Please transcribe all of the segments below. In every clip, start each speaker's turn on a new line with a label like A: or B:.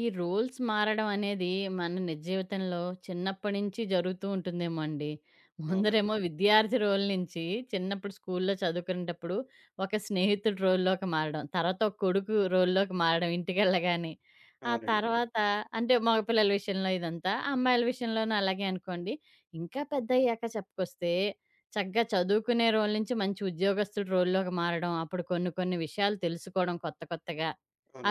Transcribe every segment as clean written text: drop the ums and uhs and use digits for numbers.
A: ఈ రూల్స్ మారడం అనేది మన నిజ జీవితంలో చిన్నప్పటి నుంచి జరుగుతూ ఉంటుందేమో అండి.
B: అవునండి.
A: ముందరేమో విద్యార్థి రోల్ నుంచి చిన్నప్పుడు స్కూల్లో చదువుకునేటప్పుడు ఒక స్నేహితుడి రోల్‌లోకి మారడం. తర్వాత ఒక కొడుకు రోల్‌లోకి మారడం ఇంటికెళ్ళగానే. ఆ అవును.
B: అవునండి.
A: తర్వాత అంటే మగపిల్లల విషయంలో ఇదంతా. అమ్మాయిల విషయంలోనూ అలాగే అనుకోండి. ఇంకా పెద్దయ్యాక చెప్పుకొస్తే చక్కగా చదువుకునే రోల్ నుంచి మంచి ఉద్యోగస్తుడి రోల్‌లోకి మారడం. అప్పుడు కొన్ని కొన్ని విషయాలు తెలుసుకోవడం కొత్త కొత్తగా.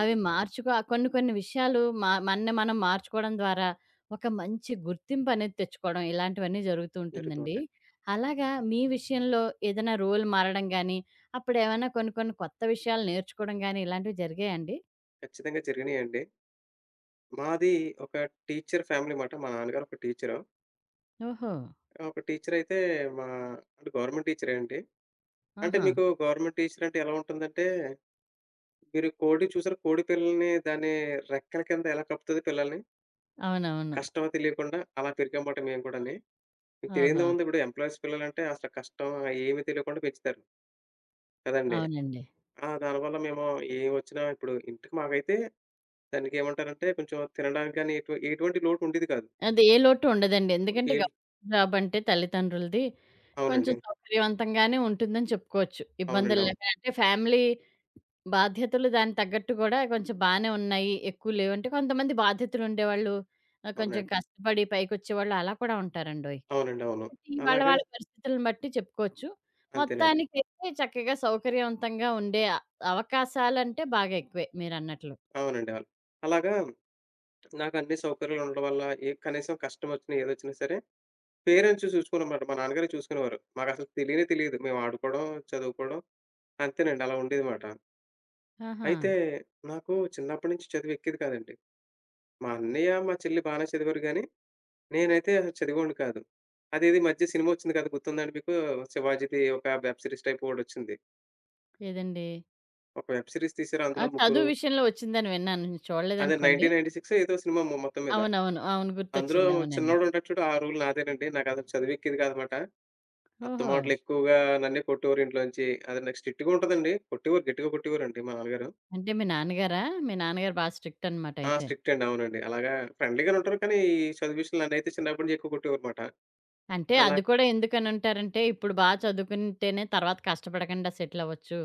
A: అవి మార్చుకో కొన్ని కొన్ని విషయాలు మనని మనం మార్చుకోవడం ద్వారా ఒక మంచి గుర్తింపనేది తెచ్చుకోవడం ఇలాంటివన్నీ జరుగుతూ
B: జరుగుతూ
A: ఉంటుందండి.
B: ఉంటాయి.
A: అలాగా మీ విషయంలో ఏదైనా రోల్ మారడం గానీ, అప్పుడేమైనా కొన్ని కొన్ని కొత్త విషయాలు నేర్చుకోవడం గానీ ఇలాంటివి జరిగాయండి?
B: ఖచ్చితంగా జరిగినియండి. మాది ఒక టీచర్ ఫ్యామిలీ మాట. మా నాన్నగారు ఒక టీచరు.
A: ఓహో!
B: ఒక టీచరయితే మా అంటే గవర్నమెంట్ టీచరే అండి. అంటే
A: ఆహా!
B: మీకు గవర్నమెంట్ టీచర్ అంటే ఎలా ఉంటుందంటే, మీరు కోడి చూసారా? కోడి పిల్లల్ని దాని రెక్కల కింద ఎలా కప్పుతది పిల్లల్ని?
A: అవునవును.
B: కష్టమో తెలియకుండా అలా పెరిగామాట మేము కూడాని. మీకు
A: ఓహో!
B: తెలియనిదేముంది. ఇప్పుడు ఎంప్లాయీస్ పిల్లలంటే అసలు కష్టం ఏమి తెలియకుండా పెంచుతారు. కదండీ!
A: అవునండి.
B: ఆ! దానివల్ల మేము ఏం వచ్చినా ఇప్పుడు ఇంటికి మాకైతే దానికేమంటారంటే కొంచెం తినడానికి గాని ఎటువంటి లోటు ఉండేది కాదు.
A: అది ఏ లోటు ఉండదండి. ఎందుకంటే
B: ఏల్
A: గవర్నమెంట్ జాబ్ అంటే తల్లిదండ్రులది కొంచెం
B: అవునండి.
A: సౌకర్యవంతంగానే ఉంటుందని చెప్పుకోవచ్చు.
B: అవునండి.
A: ఇబ్బందులు
B: అవును.
A: లేక అంటే ఫ్యామిలీ బాధ్యతలు దానికి తగ్గట్టు గూడా కొంచెం బానే ఉన్నాయి. ఎక్కువ లేవంటే కొంతమంది బాధ్యతలుండేవాళ్ళు కొంచెం
B: అవునండి.
A: కష్టపడి పైకొచ్చేవాళ్ళు అలా కూడా ఉంటారండోయ్.
B: అవునండి. అవును.
A: కాబట్టి వాళ్ళ
B: అలాగా
A: వాళ్ళ పరిస్థితులను బట్టి చెప్పుకోవచ్చు.
B: అంతేనండి.
A: మొత్తానికైతే చక్కగా సౌకర్యవంతంగా ఉండే అవకాశాలంటే బాగా ఎక్కువే మీరన్నట్లు.
B: అవునండి. అవును. అలాగా నాకన్ని సౌకర్యాలు ఉండడం వల్ల ఏ కనీసం కష్టమొచ్చినా, ఏదొచ్చినా సరే పేరెంట్స్ చూసుకున్నామాట. మా నాన్నగారే చూసుకునేవారు. మాకసలు తెలియనే తెలియదు. మేము ఆడుకోవడం, చదువుకోవడం అంతేనండి. అలా ఉండేది మాట.
A: ఆహా!
B: అయితే నాకు చిన్నప్పటి నుంచి చదువు ఎక్కేది కాదండి. మా అన్నయ్య, మా చెల్లి బానే చదివారు గాని నేనైతే చదివేవాడిని కాదు. అదేది ఈ మధ్య సినిమా ఒచ్చింది కదా! గుర్తుందండి మీకు? 'శివాజీది' ఒక వెబ్ సిరీస్ టైప్ ఒకటొచ్చింది.
A: ఏదండి?
B: ఒక వెబ్ సిరీస్ తీశారు
A: ఆ!
B: అందులో ముగ్గురు.
A: చదువు విషయంలో వచ్చిందని విన్నాను. నేను
B: అదే
A: చూడలేదనుకోండి.
B: 1996 ఏదో సినిమా మొత్తం మీద.
A: అవునవును. అవును.
B: అందులో
A: గుర్తొచ్చింది. అవునండి.
B: చిన్నోడుంటాడు చూడు ఆ రూల్ నాదేనండి. నాకసలు చదివెక్కేది కాదనమాట.
A: ఓహో!
B: అత్తమాటలు ఎక్కువగా నన్నే కొట్టేవారు ఇంట్లోంచి. అది నాకు స్ట్రిక్ట్‌గా ఉంటదండి. కొట్టేవారు గట్టిగా కొట్టేవారండి మా నాన్నగారు.
A: అంటే మీ నాన్నగారా? మీ నాన్నగారు బా స్ట్రిక్ట్ అనమాట
B: ఆ!
A: అయితే.
B: స్ట్రిక్ట్ అండి. అవునండి. అలాగా ఫ్రెండ్లీగానే ఉంటారు కానీ ఈ చదువు విషయంలో నన్నైతే చిన్నప్పటి నుంచి ఎక్కువ కొట్టేవారుమాట.
A: అంటే
B: అలా
A: అది కూడా ఎందుకనంటారంటే, ఇప్పుడు బా చదువుకుంటేనే తర్వాత కష్టపడకుండా సెటిలవ్వచ్చు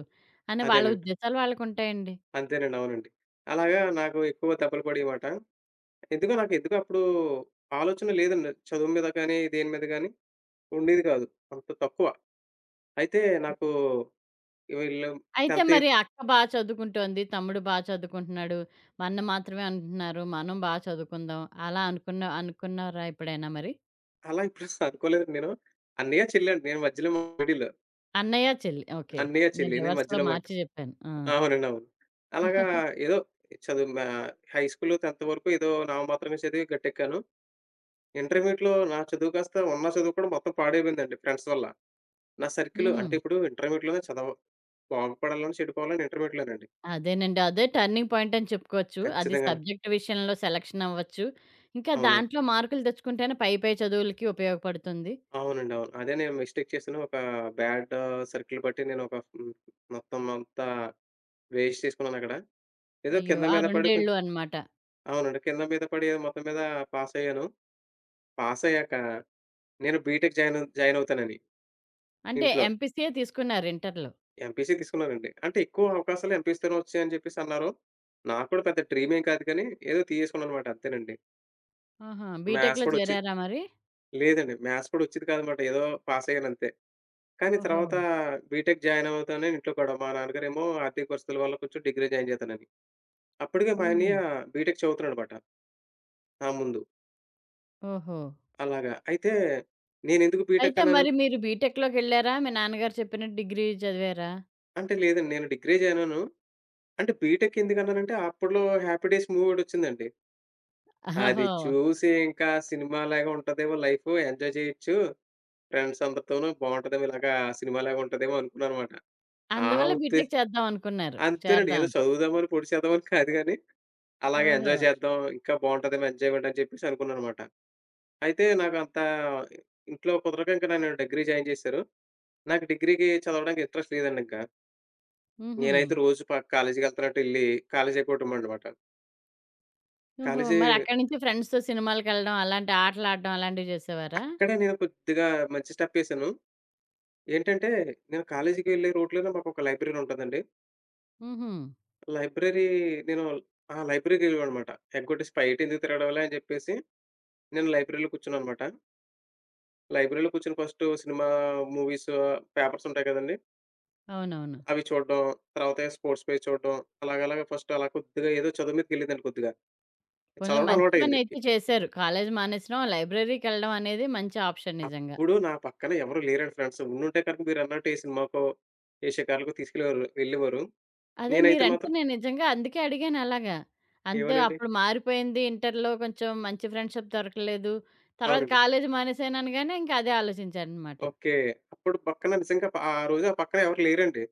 A: అని వాళ్ళ
B: అదేనండి.
A: ఉద్దేశాలు వాళ్ళకుంటాయండి.
B: అంతేనండి. అవునండి. అలాగా నాకు ఎక్కువ దెబ్బలు పడేవిమాట. నాకెందుకో అప్పుడు ఆలోచన లేదండి. చదువు మీద గానీ, దేని మీద గానీ ఉండేది కాదు. అంత తక్కువ. అయితే నాకు వీళ్ళు
A: అయితే
B: 10థ్,
A: మరి
B: 8థ్
A: అక్క బా చదువుకుంటోంది, తమ్ముడు బా చదువుకుంటున్నాడు. మన్న మాత్రమే అంటున్నారు. మనం బా చదువుకుందాం. అలా అనుకున్నారా ఎప్పుడైనా మరి?
B: అలా ఎప్పుడు అనుకోలేదండి నేను. అన్నయ్య, చెల్లి అండి. నేను మధ్యలో మిడిల్.
A: అన్నయ్య, చెల్లి. ఓకే.
B: అన్నయ్య,
A: నేను
B: చెల్లి నేను
A: రివర్స్‌లో
B: మధ్యలో మాట.
A: మార్చి జెప్పాను. ఆ!
B: అవునండి. అవును. అలాగా ఏదో చదువు హై స్కూల్ 10థ్ వరకు ఏదో నామమాత్రంగా చదివి గట్టెక్కాను. ఇంటర్మీడియేట్‌లో నా చదువు కాస్త ఉన్న చదువు కూడా మొత్తం పాడైపోయిందండి ఫ్రెండ్స్ వల్ల. నా సర్కిల్
A: హుహు.
B: అంటే ఇప్పుడు ఇంటర్మీడియేట్‌లోనే చదవ బాగుపడాలన్నా, చెడిపోవాలన్నా ఇంటర్మీడియేట్‌లోనండి.
A: అదేనండి. అదే టర్నింగ్ పాయింట్ అని చెప్పుకోవచ్చు. అది
B: ఖచ్చితంగాను.
A: సబ్జెక్ట్ విషయంలో సెలక్షన్ అవ్వచ్చు. ఇంకా
B: అవునండి.
A: దాంట్లో మార్కులు తెచ్చుకుంటేనే పై పై చదువులకి ఉపయోగపడుతుంది.
B: అవునండి. అవును. అదే నేను మిస్టేక్ చేశాను. ఒక బ్యాడ్ సర్కిల్ బట్టి నేనొక మొత్తం అంతా వేస్ట్ చేసుకున్నానక్కడ. ఏదో
A: అయ్యో!
B: కింద
A: ఆ
B: మీద
A: 2
B: పడి కొం
A: ఏళ్ళు అనమాట.
B: అవునండి. కింద మీద పడి ఏదో మొత్తం మీద పాసయ్యాను. పాసయ్యాక నేను బీటెక్ జాయిన్ జాయిన్ అవుతానని
A: అంటే
B: ఇంట్లో.
A: ఎంపీసీయే తీసుకున్నారు ఇంటర్‌లో.
B: ఎంపీసీ తీసుకున్నానండి. అంటే ఎక్కువ అవకాశాలు ఎంపీసీ‌తోనే వచ్చాయని చెప్పేసి అన్నారు. నాకు కూడా పెద్ద డ్రీమ్ ఏం కాదు కానీ ఏదో తీసేసుకున్నానన్నమాట అంతేనండి.
A: ఆహా!
B: మ్యాథ్స్
A: బీటెక్‌లో
B: కూడా వచ్చేది
A: చేరారా మరి?
B: లేదండి. మ్యాథ్స్ కూడా వచ్చేది కాదన్నమాట. ఏదో పాసయ్యానంతే. కానీ
A: ఓహో!
B: తర్వాత బీటెక్ జాయిన్ అవ్వగానే ఇంట్లో గొడవ. మా నాన్నగారేమో ఆర్థిక పరిస్థితుల వల్ల కొంచెం డిగ్రీ జాయిన్ చేశానని. అప్పటికే మా
A: హుహు.
B: అన్నయ్య బీటెక్ చదువుతున్నాడనమాట నా ముందు.
A: ఓహో!
B: అలాగా. అయితే నేనెందుకు బీటెక్
A: అయితే
B: అన్నాను?
A: మరి మీరు బీటెక్‌లోకెళ్లారా? మీ నాన్నగారు చెప్పినట్టు డిగ్రీ చదివారా?
B: అంటే లేదండి నేను డిగ్రీ జాయిన్ అవ్వను. అంటే బీటెక్ ఎందుకన్నానంటే అప్పట్లో 'హ్యాపీ డేస్' మూవీ ఒకటొచ్చిందండి. అది
A: ఓహో!
B: చూసి ఇంకా సినిమాలాగా ఉంటదేమో లైఫు ఎంజాయ్ చేయొచ్చు. ఫ్రెండ్స్ అందరితోనూ బావుంటదేమో ఇలాగా సినిమాలాగా ఉంటదేమో అనుకున్నాననమాట. ఆ
A: అందువల్ల
B: ఉద్దే
A: బీటెక్ చేద్దాం అనుకున్నారు.
B: అంతేనండి. ఏదో
A: చేరదాం అని.
B: చదువుదామని పొడిచేద్దామని కాదు గాని అలాగే
A: ఓహో!
B: ఎంజాయ్ చేద్దాం. ఇంకా బావుంటదేమో ఎంజాయ్‌మెంట్ అని చెప్పేసి అనుకున్నాననమాట. అయితే నాకంత ఇంట్లో కుదరక ఇంక నన్ను డిగ్రీ జాయిన్ చేశారు. నాకు డిగ్రీకి చదవడానికి ఇంట్రెస్ట్ లేదండింకా.
A: హుహు.
B: నేనైతే రోజు కాలేజీకెళ్తున్నట్టు ఎళ్లి కాలేజీ అయిపోవటమనమాట.
A: ఓహో!
B: కాలేజీ
A: మరి అక్కడి నుంచి ఫ్రెండ్స్‌తో సినిమాలకెళ్ళడం, అలాంటి ఆటలాడడం అలాంటివి చేసేవారా?
B: అక్కడే నేను కొద్దిగా మంచి స్టెప్పేసాను. ఏంటంటే, నేను కాలేజీకెళ్ళే రూట్‌లోనే మాకొక లైబ్రరీ ఉంటదండి.
A: హుహు.
B: లైబ్రరీ నేను ఆ! లైబ్రరీకెళ్ళేవాడినమాట. ఎగ్గొట్టేసి బయటెందుకు తిరగడంలే అని చెప్పేసి నేను లైబ్రరీలో కూర్చున్నాననమాట. లైబ్రరీలో కూర్చొని ఫస్టు సినిమా, మూవీసు, పేపర్స్ ఉంటాయి కదండీ!
A: అవునవును.
B: అవి చూడడం. తర్వాత స్పోర్ట్స్ పేజ్ చూడడం. అలాగ అలాగ ఫస్ట్ అలా కొద్దిగా ఏదో చదువు మీదకెళ్ళిందండి కొద్దిగా.
A: పోన్లే
B: చదవడం
A: మంచి
B: అలవాటయింది.
A: పనైతే చేశారు. కాలేజీ మానేసడం, లైబ్రరీకెళ్ళడం అనేది మంచి ఆప్షన్ నిజంగా.
B: అప్పుడు నా పక్కన ఎవరు లేరండి ఫ్రెండ్స్. ఉండుంటే కనుక మీరన్నట్టు ఏ సినిమాకో, ఏ షికారులకో తీసుకెళ్ళేవారు వెళ్ళేవారు.
A: అదే
B: నేనైతే
A: మీరంటే
B: మాత్రం
A: నేను నిజంగా అందుకే అడిగాను అలాగా. అంతే
B: ఏమోనండి
A: అప్పుడు మారిపోయింది. ఇంటర్‌లో కొంచెం మంచి ఫ్రెండ్‌షిప్ దొరకలేదు. తర్వాత
B: అవునండి.
A: కాలేజీ మానేసాను అనగానే ఇంక అదే ఆలోచించాననమాట.
B: ఓకే. అప్పుడు పక్కన నిజంగా ఆ రోజు ఆ పక్కన ఎవరు లేరండి.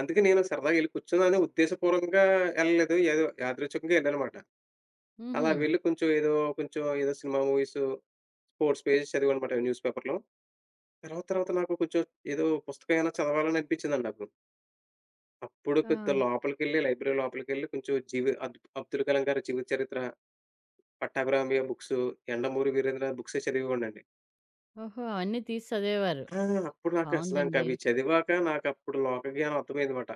B: అందుకే నేను సరదాగా ఎళ్లి కూర్చున్నాను. ఉద్దేశపూర్వకంగా ఎళ్ళలేదు. ఏదో యాదృచ్ఛికంగా ఎళ్ళానమాట. అలా
A: హుహు.
B: వెళ్ళి కొంచెం ఏదో కొంచెం ఏదో సినిమా, మూవీసు 4 పేజెస్ చదివానమాట న్యూస్ పేపర్‌లో. తర్వాత, తర్వాత నాకు కొంచెం ఏదో పుస్తకమేమైనా చదవాలని అనిపించిందండి నాకు. అప్పుడు
A: ఆ!
B: కొద్దిగా లోపలికెళ్ళి లైబ్రరీ లోపలికెళ్ళి కొంచెం జీవి అబ్ 'అబ్దుల్ కలాం' గారి జీవిత చరిత్ర, 'పట్టాభిరామయ్య' బుక్స్, 'యండమూరి వీరేంద్రనాథ్' బుక్సే చదివేవాడినండి.
A: ఓహో! అవన్నీ తీసి చదివేవారు.
B: ఆ! అప్పుడు నాకు అసలు ఇంక
A: బావుందండి.
B: అవి చదివాక నాకప్పుడు లోక జ్ఞానం అర్థమైందమాట.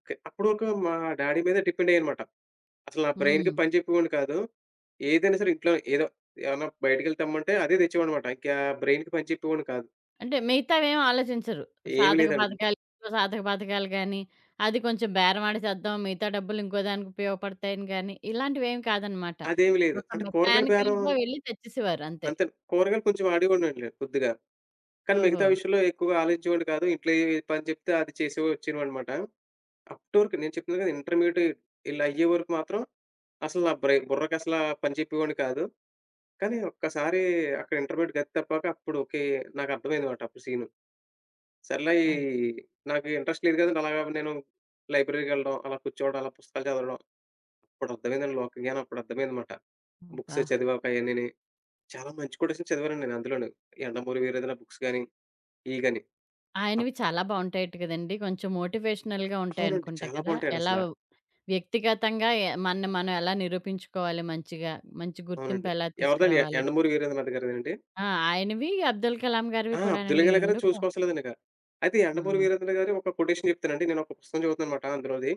B: ఓకే. అప్పుడు ఒక డాడీ మీద డిపెండ్ అయ్యానమాట. అసలు నా
A: హ్మ్.
B: బ్రైన్‌కి పని చెప్పేవాడిని కాదు. ఏదైనా సరే ఇంట్లో ఏదో ఏమన్నా బయటికెళ్ళి తెమ్మంటే అదే తెచ్చేవాడినమాట. ఇంకా బ్రైన్‌కి పని చెప్పేవాడిని కాదు.
A: అంటే మిగతావేమి ఆలోచించరు.
B: ఏమి
A: సాధక
B: లేదండి.
A: బాధకాలు, సాధక బాధకాలు గాని, అది కొంచెం బేరమాడి చేద్దాం. మిగతా డబ్బులు ఇంకో దానికి ఉపయోగపడతాయని గాని, ఇలాంటివేమి కాదనమాట.
B: అదేమి లేదు.
A: ఒక
B: అంటే కూరగాయల బేరం
A: మెకానికల్‌గా వెళ్లి తెచ్చేసేవారు అంతే.
B: అంతే. కూరగాయలు కొంచెం ఆడేవాడినండి కొద్దిగా. కానీ
A: ఓహో!
B: మిగతా విషయంలో ఎక్కువగా ఆలోచించేవాడిని కాదు. ఇంట్లో ఏ పని చెప్తే అది చేసే వచ్చేవాడినమాట. అప్ టు వరకు నేను చెప్తున్నాను కదా! ఇంటర్మీడియేట్ ఇలా అయ్యే వరకు మాత్రం అసలు నా బుర్రకు అసలా పని చెప్పేవాడిని కాదు. కానీ ఒక్కసారి అక్కడ ఇంటర్మీడియేట్ గతి తప్పాక అప్పుడు ఓకే. నాకు అర్థమైందన్నమాట అప్పుడు సీను. సర్లే ఈ
A: అది.
B: నాకు ఇంట్రెస్ట్ లేదు కదండీ! అలాగా నేను లైబ్రరీకెళ్ళడం, అలా కూర్చోవడం, అలా పుస్తకాలు చదవడం. అప్పుడు అర్థమైందండి లోక జ్ఞానం అప్పుడు అర్థమైందన్నమాట. బుక్స్
A: అబ్బా!
B: చదివాక అయన్నీని. చాలా మంచి కొటేషన్ చదివానండి నేను అందులోను. 'యండమూరి వీరేంద్ర' బుక్స్ గాని, ఇయి గాని. అప్
A: ఆయనవి చాలా బావుంటాయట కదండీ! కొంచెం మోటివేషనల్‌గా
B: అవునండి.
A: ఉంటాయనుకుంటా
B: చాలా
A: కదా!
B: బావుంటాయండి
A: ఎలా
B: అసల.
A: వ్యక్తిగతంగా మనని మనం ఎలా నిరూపించుకోవాలి మంచిగా, మంచి గుర్తింపు
B: అవునండి.
A: ఎలా
B: ఎవరిదండి?
A: తీసుకురావాలి.
B: 'యండమూరి వీరేంద్రనాథ్' గారిదేనండి?
A: ఆ! ఆయనవి, అబ్దుల్ కలాం గారివి
B: ఆ! 'అబ్దుల్
A: కూడానండి. ఈ
B: కలాం'
A: 2
B: గారిది చూసుకోవసరలేదండిక. అయితే 'యండమూరి
A: ఆ!
B: వీరేంద్ర' గారు ఒక కొటేషన్ చెప్తానండి. నేను ఒక పుస్తకం చదువుతున్నానమాట అందులోది.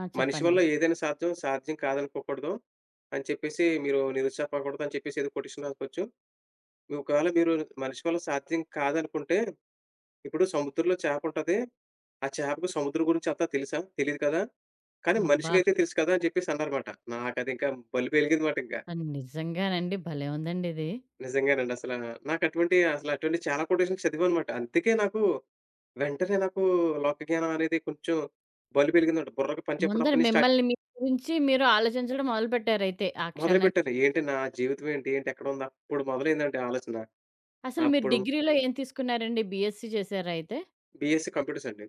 A: ఆ!
B: 'మనిషి
A: చెప్పండి.
B: వల్ల ఏదైనా సాధ్యం, సాధ్యం కాదనుకోకూడదు' అని చెప్పేసి, మీరు నిరుత్సాహపడకూడదు అని చెప్పేసి ఏదో కొటేషన్ రాసుకోవచ్చు. మీ ఒకవేళ మీరు మనిషి వల్ల సాధ్యం కాదనుకుంటే ఇప్పుడు సముద్రంలో చేపుంటది. ఆ చేపకి సముద్రం గురించి అంతా తెలుసా? తెలీదు కదా! కానీ
A: అబ్బా!
B: మనిషికైతే తెలుసు కదా! అని చెప్పేసి అన్నారమాట. నాకదింకా బల్బు ఎలిగిందిమాట ఇంక.
A: నిజంగానండి భలే ఉందండి ఇది.
B: నిజంగానండి అసల. నాకటువంటి అసలు అటువంటి చాలా కొటేషన్స్ చదివానమాట. అందుకే నాకు వెంటనే నాకు లోకజ్ఞానం అనేది కొంచెం బల్బెలిగిందంట. బుర్రకు పని చెప్పడం
A: ముందర
B: అప్పటి నుంచి స్టార్ట్
A: మిమ్మల్ని మీ గురించి మీరు ఆలోచించడం మొదలుపెట్టారయితే ఆ క్షణం.
B: మొదలుపెట్టాను. ఏంటి నా జీవితం ఏంటి? ఏంటి? ఎక్కడుంది? అప్పుడు మొదలైందండి ఆలోచన.
A: అసలు మీరు
B: అప్పుడు
A: డిగ్రీలో ఏం తీసుకున్నారండి? బీఎస్సీ చేసారా అయితే?
B: బీఎస్సీ కంప్యూటర్స్ అండి.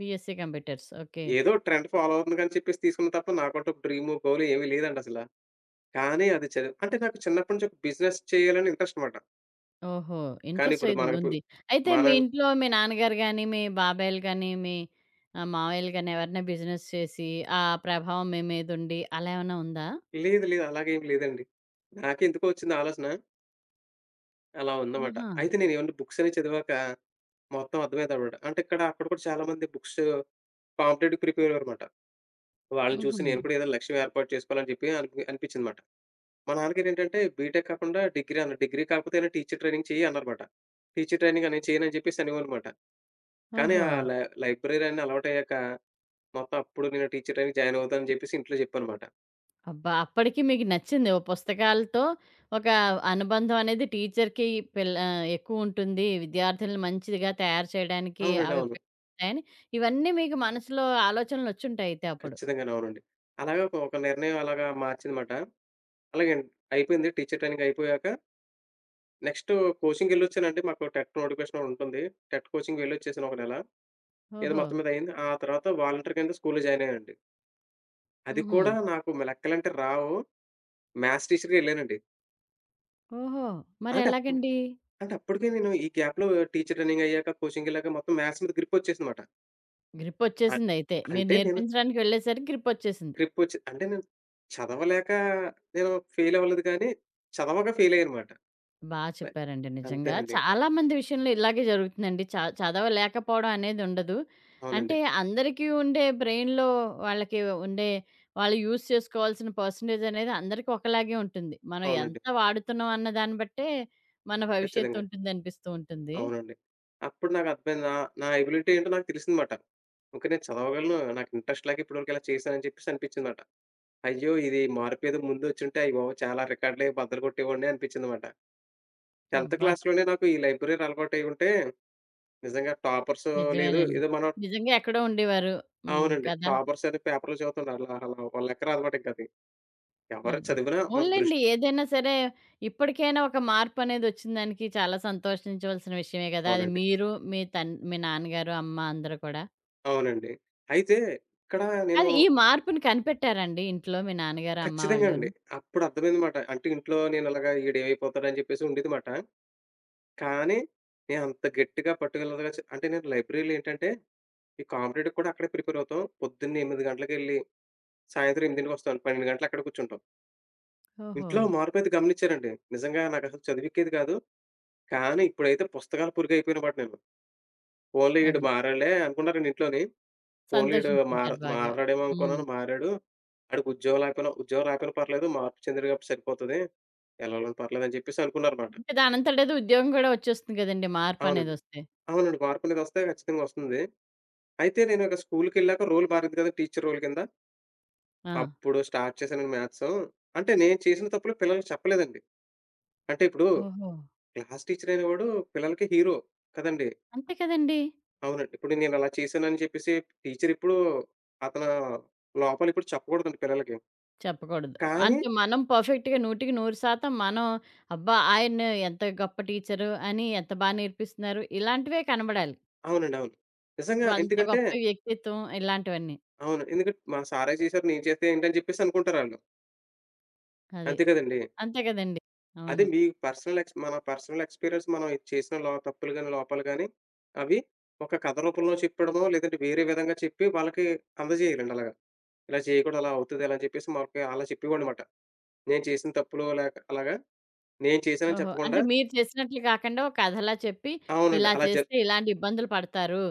A: BSc computers. ఓకే.
B: ఏదో ట్రెండ్ ఫాలో అవుతుంది అని చెప్పేసి తీసుకున్నా తప్ప నాకంటూ డ్రీము, గోలు ఏమీ లేదండి అసల. కానీ అది అంటే నాకు చిన్నప్పటి నుంచి ఒక బిజినెస్ చేయాలని ఇంట్రెస్ట్ మాట.
A: ఓహో!
B: కానీ
A: ఇంట్రెస్ట్
B: ఇప్పుడు
A: అయితే
B: మనకు
A: ఉంది. అయితే
B: మన
A: మీ ఇంట్లో మీ నాన్నగారు గాని, మీ బాబాయిలు గాని, మీ మావయ్యలు గాని ఎవరైనా బిజినెస్ చేసి ఆ ప్రభావం మీ మీదుండి అలా ఏమన్నా ఉందా?
B: లేదు లేదు అలాగేం లేదండి. నాకెందుకో వచ్చింది ఆలోచన అలా ఉందమాట.
A: ఆహా!
B: అయితే నేను ఏమన్నా బుక్స్ అనేవి చదివాక మొత్తం అర్థమైందనమాట. అంటే ఇక్కడ అక్కడ కూడా చాలామంది బుక్స్ కాంపిటేటివ్‌కి ప్రిపేర్ అయ్యారనమాట. వాళ్ళని చూసి
A: హుహు.
B: నేను కూడా ఏదైనా లక్ష్యం ఏర్పాటు చేసుకోవాలని చెప్పి అనిపించిందమాట. మా నాన్నగారేంటంటే బీటెక్ కాకుండా డిగ్రీ అన్నారు. డిగ్రీ కాకపోతే అయినా టీచర్ ట్రైనింగ్ చెయ్యి అన్నారమాట. టీచర్ ట్రైనింగ్ అనేది చేయనని చెప్పేసి అనేవాళ్ళనమాట. కానీ
A: ఓహో!
B: ఆ లైబ్రరీ అని అలవాటయ్యాక మొత్తం అప్పుడు నేను టీచర్ ట్రైనింగ్ జాయిన్ అవుతానని చెప్పేసి ఇంట్లో చెప్పానమాట.
A: అబ్బా! అప్పటికి మీకు నచ్చింది. ఓ పుస్తకాలతో ఒక అనుబంధం అనేది టీచర్‌కి ఎక్కువుంటుంది. విద్యార్థులను మంచిగా తయారు చేయడానికి
B: అవునండి.
A: అవి
B: అవును.
A: ఉపయోగపడతాయని ఇవన్నీ మీకు మనసులో ఆలోచనలొచ్చుంటాయి అయితే అప్పుడు.
B: ఖచ్చితంగానే అవునండి. అలాగా ఒక ఒక నిర్ణయం అలాగా మార్చిందమాట. అలాగే అయిపోయింది. టీచర్ ట్రైనింగ్ అయిపోయాక నెక్స్ట్ కోచింగ్‌కెళ్ళొచ్చానండి. మాకు టెట్ నోటిఫికేషన్ ఉంటుంది. టెట్ కోచింగ్ వెళ్ళొచ్చేసాను ఒక నెల. ఏదో
A: ఓహో!
B: మొత్తం మీద అయింది. ఆ తర్వాత వాలంటీర్ కింద స్కూల్‌లో జాయిన్ అయ్యానండి. అది
A: హుహు.
B: కూడా నాకు లెక్కలంటే రావు. మ్యాథ్స్ టీచర్‌గా ఎళ్ళానండి.
A: ఓహో!
B: అంటే అప్పుడు
A: మరెలాగండి?
B: అంటే అప్పటికే నేను ఈ గ్యాప్‌లో టీచర్ ట్రైనింగ్ అయ్యాక, కోచింగ్‌కెళ్ళాక మొత్తం మ్యాథ్స్ మీద గ్రిప్ వచ్చేసిందమాట. అ
A: గ్రిప్పొచ్చేసిందయితే. మీరు
B: అంటే నేను
A: నేర్పించడానికి వెళ్ళేసరికి గ్రిప్పొచ్చేసింది.
B: గ్రిప్పొచ్చి అంటే నేను చదవలేక నేను ఫెయిల్ అవ్వలేదు కానీ, చదవక ఫెయిల్ అయ్యానమాట.
A: బా
B: లైక్
A: చెప్పారండి నిజంగా.
B: అంతేనండి.
A: చాలా మంది విషయంలో ఇలాగే జరుగుతుందండి. చదవలేకపోవడం అనేదుండదు.
B: అవునండి.
A: అంటే అందరికీ ఉండే బ్రెయిన్‌లో వాళ్ళకి ఉండే వాళ్ళు యూజ్ చేసుకోవాల్సిన పర్సెంటేజనేది అందరికీ ఒకలాగే ఉంటుంది. మనం
B: అవునండి.
A: ఎంత వాడుతున్నాం అన్న దాన్ని బట్టే మన
B: ఖచ్చితంగా.
A: భవిష్యత్తుంటుందనిపిస్తూ ఉంటుంది. అనిపిస్తూ ఉంటుంది.
B: అవునండి. అప్పుడు నాకు అర్థమైంది. నా నా ఎబిలిటీ ఏంటో నాకు తెలిసిందమాట. ఓకే. నేను చదవగలను. నాకు ఇంట్రెస్ట్ లేక ఇప్పటి వరకు ఇలా చేశానని చెప్పేసి అనిపించిందమాట. అయ్యో! ఇది మార్పేదో ముందొచ్చుంటే అయ్య బాబోయ్! చాలా రికార్డులే బద్దలుగొట్టేవాడిని అనిపించిందమాట. 10థ్
A: అబ్బా!
B: క్లాస్‌లోనే నాకు ఈ లైబ్రరీ అలవాటు అయ్యి ఉంటే నిజంగా టాపర్సో లేదు.
A: నిజమేనండి.
B: ఏదో మనం
A: నిజంగా ఎక్కడో ఉండేవారు. హ్మ్.
B: అవునండి.
A: కదా!
B: టాపర్స్ అని పేపర్‌లో చదువుతుంటారు. అలా అలా వాళ్ళ లెక్క రాదనమాట ఇంకది. ఎవరు
A: అదే.
B: చదివినా మన
A: పోన్లెండి
B: దృష్టి
A: ఏదైనా సరే ఇప్పటికైనా ఒక మార్పనేదొచ్చిన దానికి చాలా సంతోషించవలసిన విషయమే గదా! అది
B: అవునండి.
A: మీరు, మీ నాన్నగారు, అమ్మ అందరూ కూడా.
B: అవునండి. అయితే ఇక్కడ నేను
A: అది ఈ మార్పుని కనిపెట్టారండి ఇంట్లో మీ నాన్నగారు, అమ్మ
B: ఖచ్చితంగా అండి.
A: వాళ్ళును?
B: అప్పుడు అర్థమైందన్నమాట. అంటే ఇంట్లో నేను అలాగా ఈడేమైపోతాడని చెప్పేసి ఉండేదిమాట. కానీ నేను అంత గట్టిగా పట్టుదలగా అంటే నేను లైబ్రరీలో ఏంటంటే ఈ కాంపిటేటివ్‌కి కూడా అక్కడే ప్రిపేర్ అవుతాం. పొద్దున్న 8 గంటలకెళ్ళి సాయంత్రం 8:00కి 12 గంటలు అక్కడే కూర్చుంటాం.
A: ఓహో!
B: ఇంట్లో మార్పయితే గమనిచ్చానండి. నిజంగా నాకసలు చదివెక్కేది కాదు. కానీ ఇప్పుడైతే పుస్తకాల పురుగయిపోయానమాట నేను. పోన్లే ఈడు
A: అది.
B: మారాడులే అనుకున్నారండి ఇంట్లోని. పోన్లే ఈడు
A: సంతోషించుంటారు బాగా.
B: మారడేమో
A: హ్మ్.
B: అనుకున్నాను. మారాడు. ఆడికి ఉద్యోగం లేకపోయినా ఉద్యోగం రాకపోయినా పర్లేదు. మార్పు చెందాడు కాబట్టి సరిపోతది. ఎలాగోని పర్లేదని చెప్పేసి అనుకున్నారన్నమాట.
A: ఇంక దానంతటదే ఉద్యోగం గూడా వచ్చేస్తుంది గదండీ
B: అవునండి.
A: మార్పనేదొస్తే.
B: అవునండి. మార్పనేదొస్తే ఖచ్చితంగా వస్తుంది. అయితే నేను ఇక స్కూలుకెళ్ళాక రోల్ మారింది కదా! టీచర్ రోల్ కింద.
A: ఆ!
B: అప్పుడు స్టార్ట్ చేశానండి మ్యాథ్స్. అంటే నేను చేసిన తప్పులు పిల్లలకి చెప్పలేదండి. అంటే ఇప్పుడు
A: ఓహో!
B: క్లాస్ టీచర్ అనేవాడు పిల్లలకి హీరో కదండీ!
A: అంతే కదండీ!
B: అవునండి. ఇప్పుడు నేను అలా చేశానని చెప్పేసి టీచర్ ఎప్పుడు అతను లోపాలిప్పుడు చెప్పకూడదండి పిల్లలకి.
A: చెప్పకూడదు.
B: కానీ
A: అంటే మనం పర్ఫెక్ట్‌గా 100% మనం అబ్బా! ఆయన ఎంత గొప్ప టీచరు అని ఎంత బా నేర్పిస్తున్నారు. ఇలాంటివే కనబడాలి.
B: అవునండి. అవును. నిజంగా
A: అంత
B: ఎందుకంటే
A: గొప్ప వ్యక్తిత్వం ఇలాంటివన్నీ.
B: అవును. ఎందుకంటే మా సారే చేశారు, నేను చేస్తే ఏంటని చెప్పేసి అనుకుంటారాళ్ళు.
A: అది.
B: అంతే కదండీ!
A: అంతే కదండీ!
B: అదే
A: అవును.
B: మీ పర్సనల్ ఎక్స్ మన పర్సనల్ ఎక్స్‌పీరియన్స్ మనం ఇది చేసిన లో తప్పులు గాని, లోపాలు గాని అవి ఒక కథ రూపంలో చెప్పడమో, లేదంటే వేరే విధంగా చెప్పి వాళ్ళకి అందజేయాలండి అలాగా. ఇలా చేయకూడదు, అలా అవుతది అని చెప్పేసి మనకి అలా చెప్పేవాడనమాట. నేను చేసిన తప్పులు లేక అలాగా నేను చేశానని
A: ఓహో!
B: చెప్పకుండా
A: అంటే మీరు చేసినట్లు కాకుండా ఒక కథలా చెప్పి
B: అవునండి.
A: ఇలా
B: అలా జ
A: చేస్తే ఇలాంటి ఇబ్బందులు పడతారు.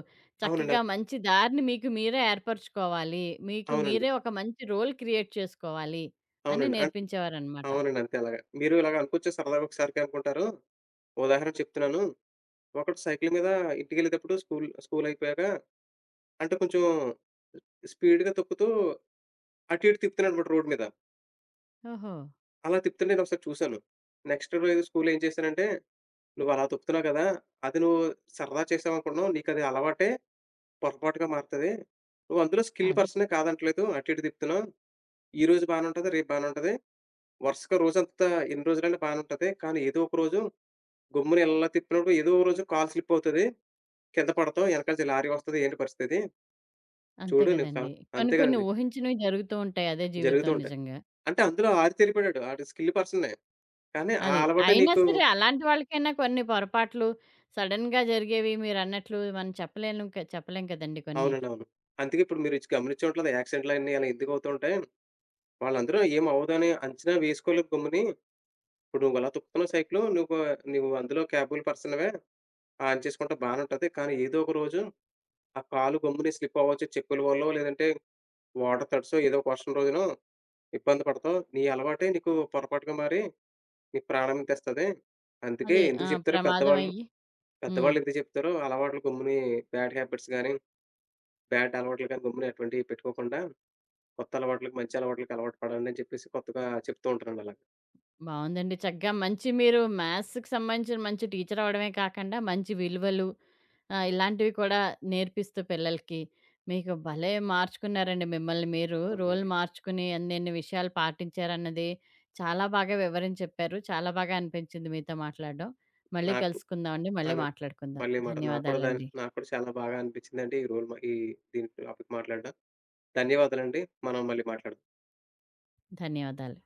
B: అవునండి.
A: చక్కగా మంచి దారిని మీకు మీరే ఏర్పరుచుకోవాలి. మీకు
B: అవునండి.
A: మీరే ఒక మంచి రోల్ క్రియేట్ చేసుకోవాలి అని
B: అవునండి.
A: నేర్పించేవారనమాట.
B: అవునండి. అంతే అలాగా. మీరు ఇలాగ అనుకోవచ్చా? సరదాగా ఒకసారికి అనుకుంటారు. ఉదాహరణ చెప్తున్నాను. ఒకడు సైకిల్ మీద ఇంటికెళ్ళేటప్పుడు స్కూలయిపోయాక అంటే కొంచెం స్పీడ్‌గా తొక్కుతూ అటు ఇటు తిప్పుతున్నాడనమాట రోడ్ మీద.
A: ఓహో!
B: అలా తిప్పుతుంటే నేనొకసారి చూసాను. నెక్స్ట్ రోజు స్కూల్‌లో ఏం చేశానంటే, "నువ్వు అలా తొక్కుతున్నావు కదా! అది నువ్వు సరదా చేసావనుకుంటున్నావు. నీకది అలవాటే పొరపాటుగా మారతది. నువ్వు అందులో స్కిల్
A: అది.
B: పర్సనే కాదంటలేదు. అటు ఇటు తిప్పుతున్నావు. ఈరోజు బానే ఉంటది. రేపు బానే ఉంటది. వరుసగా రోజంతా ఎన్ని రోజులైనా బానే ఉంటది. కానీ ఏదో ఒక రోజు గమ్మున ఇలా తిప్పినప్పుడు ఏదో ఒక రోజు కాలు స్లిప్ అవుతది. కింద పడతావు. ఎనకాల నుంచి లారీ వస్తది. ఏంటి పరిస్థితిది?"
A: అంతే
B: చూడు నీకు కా
A: కదండీ. కొన్ని
B: అంతే
A: కొన్ని
B: కదండీ.
A: ఊహించినవి జరుగుతూ ఉంటాయి. అదే
B: జరుగుతూ
A: జీవితం
B: ఉంటాయి.
A: నిజంగా.
B: అంటే అందులో ఆరితేరిపోయాడు. ఆడు స్కిల్ పర్సనే. కానీ ఆ
A: అది.
B: అలవాటే
A: అయినా
B: నీకు
A: సరే అలాంటి వాళ్ళకైనా కొన్ని పొరపాట్లు సడెన్‌గా జరిగేవి మీరన్నట్లు మనం చెప్పలేను క చెప్పలేం కదండీ కొన్ని.
B: అవునండి. అవును. అందుకే ఇప్పుడు మీరు గమనించే ఉంటది. యాక్సిడెంట్‌లన్నీ అలా ఎందుకవుతూ ఉంటాయి. వాళ్ళందరూ ఏం అవ్వదని అంచనా వేసుకోలేదు గమ్ముని. ఇప్పుడు నువ్వు అలా తొక్కుతున్నావు సైకిలు. నువ్వు నువ్వు అందులో క్యాపబుల్ పర్సన్‌వే. ఆన్ చేసుకుంటే బానే ఉంటది. కానీ ఏదో ఒక రోజు ఆ కాలు గమ్ముని స్లిప్ అవ్వచ్చు. చెప్పుల వల్లో లేదంటే వాటర్ తడిసో ఏదో ఒక వర్షం రోజునో ఇబ్బంది పడతావు. నీ అలవాటే నీకు పొరపాటుగా మారి నీకు ప్రాణానికి తెస్తది. అందుకే
A: అది ఆ!
B: ఎందుకు చెప్తారో
A: ప్రమాదం
B: పెద్దవాళ్ళు.
A: అయ్యి హ్మ్.
B: పెద్దవాళ్ళెందుకు చెప్తారో అలవాట్లు గమ్ముని బ్యాడ్ హ్యాబిట్స్ గాని, బ్యాడ్ అలవాట్లు గాని గమ్మున ఎటువంటివి పెట్టుకోకుండా, కొత్త అలవాట్లకి, మంచి అలవాట్లకి అలవాటు పడండి అని చెప్పేసి కొత్తగా చెప్తూ ఉంటారండి అలాగా.
A: బావుందండి. చక్కగా మంచి మీరు మ్యాథ్స్‌కి సంబంధించిన మంచి టీచర్ అవ్వడమే కాకుండా మంచి విలువలు ఆ! ఇలాంటివి కూడా నేర్పిస్తూ పిల్లలకి, మీకు భలే మార్చుకున్నారండి మిమ్మల్ని మీరు. రోల్
B: అవునండి.
A: మార్చుకుని అన్నిన్ని విషయాలు పాటించారన్నది చాలా బాగా వివరించి చెప్పారు. చాలా బాగా అనిపించింది మీతో మాట్లాడడం. మళ్ళీ
B: నాకు
A: కలుసుకుందామండి. మళ్ళీ
B: అను
A: మాట్లాడుకుందాం.
B: మళ్ళీ మాట నాకు కూడా దాని
A: ధన్యవాదాలండి.
B: నాకు కూడా చాలా బాగా అనిపించిందండి ఈ రోల్ ఈ దీని టాపిక్ మాట్లాడడం. ధన్యవాదాలండి. మనం మళ్ళీ మాట్లాడదాం.
A: ధన్యవాదాలు.